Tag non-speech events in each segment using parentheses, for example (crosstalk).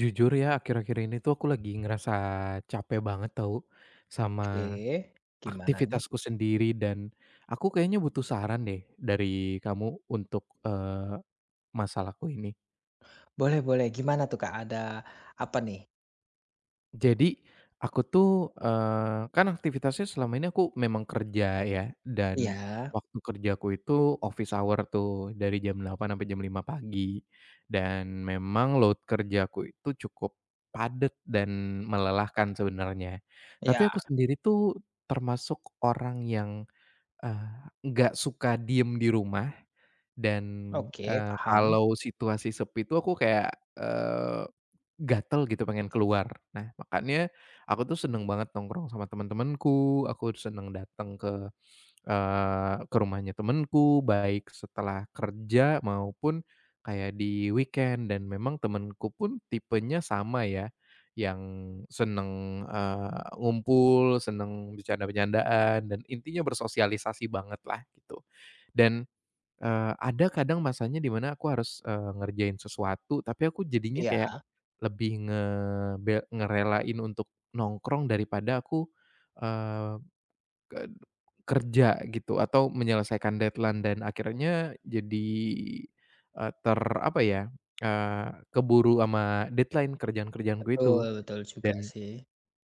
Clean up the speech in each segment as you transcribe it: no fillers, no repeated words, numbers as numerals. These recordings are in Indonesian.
Jujur ya, akhir-akhir ini tuh aku lagi ngerasa capek banget tau sama Oke, gimana nih? aktivitasku sendiri. Dan aku kayaknya butuh saran deh dari kamu untuk masalahku ini. Boleh boleh, gimana tuh, Kak? Ada apa nih? Jadi, aku tuh, kan aktivitasnya selama ini aku memang kerja ya, dan Iya, waktu kerjaku itu office hour tuh, dari jam delapan sampai jam lima pagi. Dan memang load kerjaku itu cukup padat dan melelahkan sebenarnya. Tapi iya, aku sendiri tuh termasuk orang yang, eee, nggak suka diem di rumah dan, oke, paham. kalau situasi sepi itu aku kayak, gatel gitu pengen keluar. Nah, makanya aku tuh seneng banget nongkrong sama temen-temenku, aku seneng dateng ke, ke rumahnya temenku, baik setelah kerja maupun kayak di weekend. Dan memang temenku pun tipenya sama ya, yang seneng, ngumpul, seneng bercanda-bercandaan, dan intinya bersosialisasi bangetlah gitu. Dan ada kadang masanya di mana aku harus, ngerjain sesuatu, tapi aku jadinya Iya, kayak lebih ngerelain untuk nongkrong daripada aku, eee, ke kerja gitu atau menyelesaikan deadline. Dan akhirnya jadi, eee, ter apa ya, eee, keburu sama deadline kerjaan-kerjaanku betul itu, betul juga dan sih.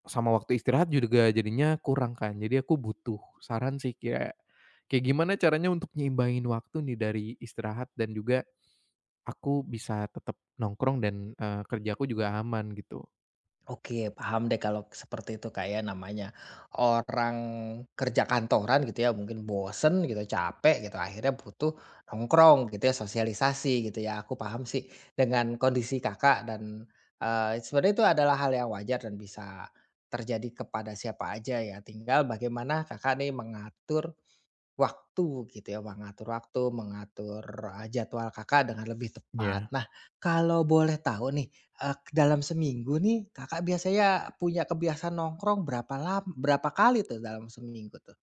sama waktu istirahat juga jadinya kurang kan. Jadi aku butuh saran sih, kayak kayak gimana caranya untuk nyimbangin waktu nih dari istirahat dan juga aku bisa tetap nongkrong dan, kerjaku juga aman gitu. Oke, paham deh kalau seperti itu, kayak namanya orang kerja kantoran gitu ya, mungkin bosen gitu, capek gitu, akhirnya butuh nongkrong gitu ya, sosialisasi gitu ya. Aku paham sih dengan kondisi Kakak dan, sebenarnya itu adalah hal yang wajar dan bisa terjadi kepada siapa aja ya, tinggal bagaimana Kakak nih mengatur waktu gitu ya, mengatur waktu, mengatur, jadwal Kakak dengan lebih tepat. Ya. Nah, kalau boleh tahu nih, dalam seminggu nih Kakak biasanya punya kebiasaan nongkrong berapa lama berapa kali tuh dalam seminggu tuh?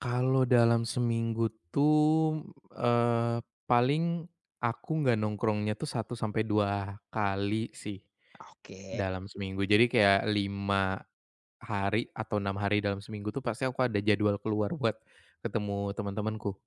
Kalau dalam seminggu tuh, eee, paling aku nggak, nongkrongnya tuh satu sampai 2 kali sih Oke. dalam seminggu. Jadi kayak 5 hari atau 6 hari dalam seminggu tuh pasti aku ada jadwal keluar buat ketemu teman-temanku.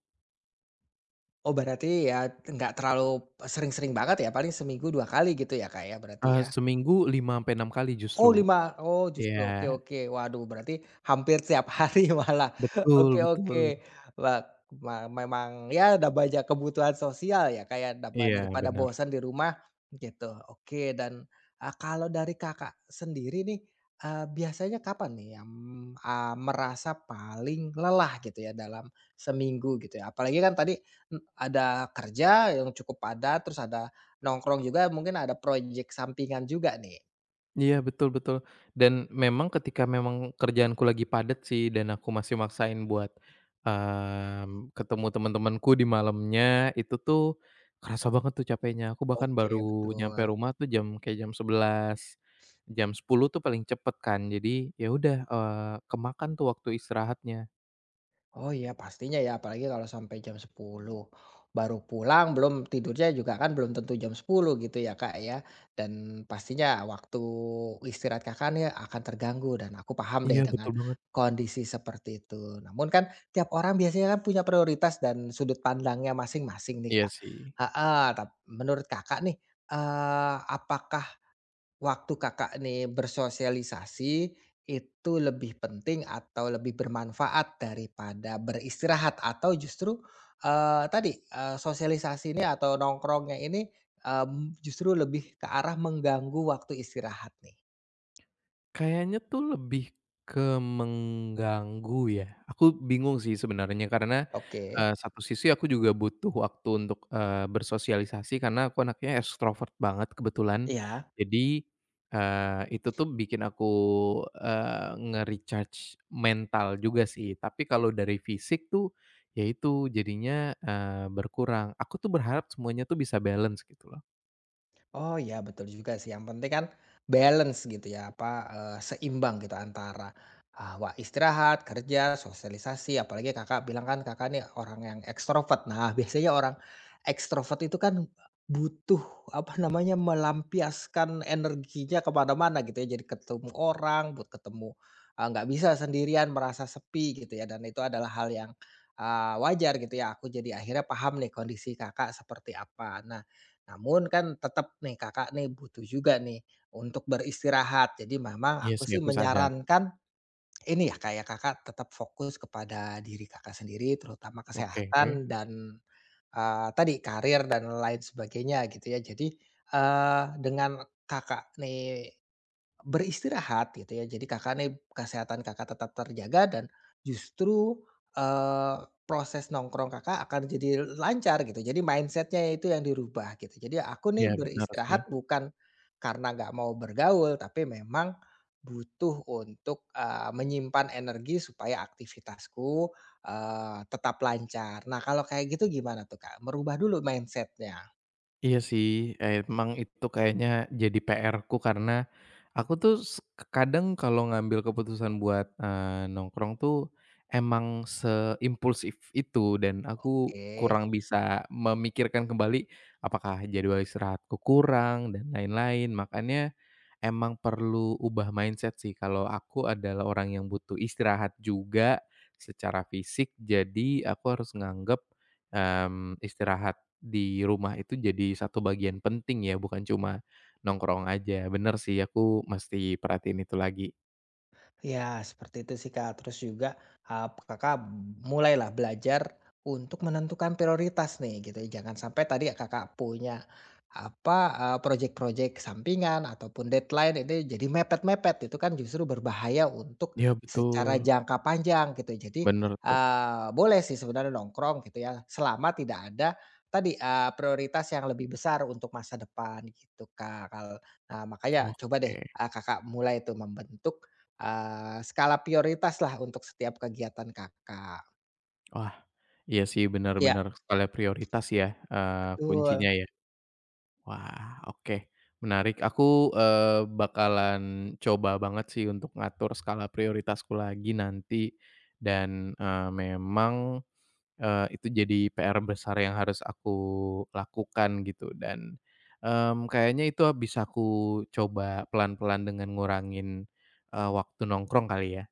Oh berarti ya nggak terlalu sering-sering banget ya, paling seminggu 2 kali gitu ya, Kak, ya berarti ya? Seminggu 5 ampe 6 kali Oh justru. 5, oh justru, oke Iya, oke. Waduh berarti hampir tiap hari (laughs) malah. betul Oke oke. betul. Wah, memang ya ada banyak kebutuhan sosial ya kayak ya, Iya, daripada benar. bosan di rumah gitu. Oke dan, kalau dari Kakak sendiri nih, biasanya kapan nih yang, merasa paling lelah gitu ya dalam seminggu gitu ya? Apalagi kan tadi, ada kerja yang cukup padat, terus ada nongkrong juga, mungkin ada proyek sampingan juga nih. Iya, betul betul. Dan memang ketika memang kerjaanku lagi padat sih dan aku masih maksain buat, ketemu teman-temanku di malamnya, itu tuh kerasa banget tuh capeknya. Aku bahkan Oke, baru nyampe betul. rumah tuh jam kayak jam 10 tuh paling cepet kan. Jadi ya udah, kemakan tuh waktu istirahatnya. Oh iya pastinya ya, apalagi kalau sampai jam sepuluh baru pulang, belum tidurnya juga kan belum tentu jam sepuluh gitu ya, Kak, ya. Dan pastinya waktu istirahat Kakak nih akan terganggu dan aku paham Iya, deh dengan betul banget. kondisi seperti itu. Namun kan tiap orang biasanya kan punya prioritas dan sudut pandangnya masing-masing nih, Iya Kak. sih. Heeh, menurut Kakak nih, apakah waktu Kakak nih bersosialisasi, itu lebih penting atau lebih bermanfaat daripada beristirahat? Atau justru, tadi, sosialisasi ini atau nongkrongnya ini, justru lebih ke arah mengganggu waktu istirahat nih? Kayaknya tuh lebih ke mengganggu ya. Aku bingung sih sebenarnya karena, Oke. Satu sisi aku juga butuh waktu untuk, bersosialisasi karena aku anaknya ekstrovert banget kebetulan. Iya. Jadi, itu tuh bikin aku, nge-recharge mental juga sih. Tapi kalau dari fisik tuh, ya itu jadinya, berkurang. Aku tuh berharap semuanya tuh bisa balance gitu loh. Oh ya betul juga sih, yang penting kan balance gitu ya, apa, seimbang gitu antara, istirahat, kerja, sosialisasi, apalagi Kakak bilang kan Kakak nih orang yang ekstrovert. Nah, (laughs) biasanya orang ekstrovert itu kan butuh, apa namanya, melampiaskan energinya kemana mana gitu ya, jadi ketemu orang, buat ketemu, nggak bisa sendirian, merasa sepi gitu ya, dan itu adalah hal yang, wajar gitu ya. Aku jadi akhirnya paham nih kondisi Kakak seperti apa. Nah namun kan tetap nih Kakak nih butuh juga nih untuk beristirahat. Jadi memang Iya aku sih, sih aku sadar. menyarankan ini ya kayak Kakak tetap fokus kepada diri Kakak sendiri terutama Oke, oke. kesehatan dan, tadi karir dan lain sebagainya gitu ya. Jadi, dengan Kakak nih beristirahat gitu ya, jadi Kakak nih kesehatan Kakak tetap terjaga dan justru, proses nongkrong Kakak akan jadi lancar gitu, jadi mindsetnya itu yang dirubah gitu. Jadi aku Iya, nih benar sih. beristirahat bukan karena nggak mau bergaul, tapi memang butuh untuk, menyimpan energi supaya aktivitasku, tetap lancar. Nah kalau kayak gitu gimana tuh Kak? Merubah dulu mindsetnya? Iya sih, emang itu kayaknya jadi PR-ku karena aku tuh s kadang kalau ngambil keputusan buat, nongkrong tuh emang seimpulsif itu, dan aku Oke. kurang bisa memikirkan kembali apakah jadwal istirahatku kurang dan lain-lain. Emang perlu ubah mindset sih, kalau aku adalah orang yang butuh istirahat juga secara fisik. Jadi aku harus nganggep, istirahat di rumah itu jadi satu bagian penting ya, bukan cuma nongkrong aja. Bener sih, aku mesti perhatiin itu lagi. Ya, seperti itu sih, Kak. Terus juga, Kakak mulailah belajar untuk menentukan prioritas nih, gitu. Jangan sampai tadi ya Kakak punya, apa, projek-projek sampingan ataupun deadline ini jadi mepet-mepet, itu kan justru berbahaya untuk Ya secara betul. jangka panjang, gitu. Jadi, Bener tuh. Boleh sih sebenarnya nongkrong gitu ya, selama tidak ada tadi, prioritas yang lebih besar untuk masa depan, gitu, Kak. Nah, makanya coba deh, Oke. Kakak mulai itu membentuk skala prioritas lah untuk setiap kegiatan Kakak. Wah, iya sih, Iya. benar-benar skala prioritas ya, Betul. kuncinya ya. Wah, oke. Menarik. Aku, bakalan coba banget sih untuk ngatur skala prioritasku lagi nanti, dan, memang, itu jadi PR besar yang harus aku lakukan gitu. Dan, kayaknya itu bisa aku coba pelan-pelan dengan ngurangin, waktu nongkrong kali ya?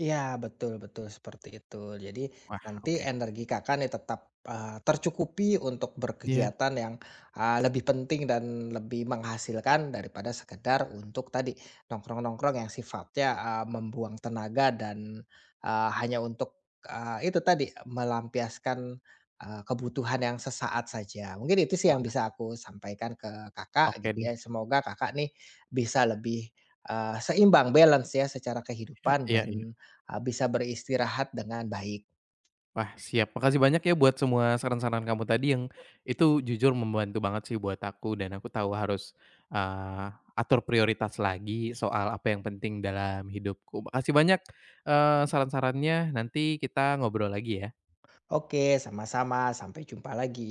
Iya, betul betul, seperti itu. Jadi Wah, nanti oke. energi Kakak nih tetap, tercukupi untuk Iya. berkegiatan yang, lebih penting dan lebih menghasilkan daripada sekedar untuk tadi, nongkrong-nongkrong yang sifatnya, membuang tenaga dan, hanya untuk, itu tadi, melampiaskan, kebutuhan yang sesaat saja. Mungkin itu sih yang Wah, bisa aku sampaikan ke Kakak oke gitu deh. ya. Semoga Kakak nih bisa lebih, seimbang, balance ya secara Iya, kehidupan iya, iya. dan bisa beristirahat dengan baik. Wah, siap. Makasih banyak ya buat semua saran-saran kamu tadi, yang itu jujur membantu banget sih buat aku. Dan aku tahu harus, atur prioritas lagi soal apa yang penting dalam hidupku. Makasih banyak, saran-sarannya, nanti kita ngobrol lagi ya. Oke, sama-sama, sampai jumpa lagi.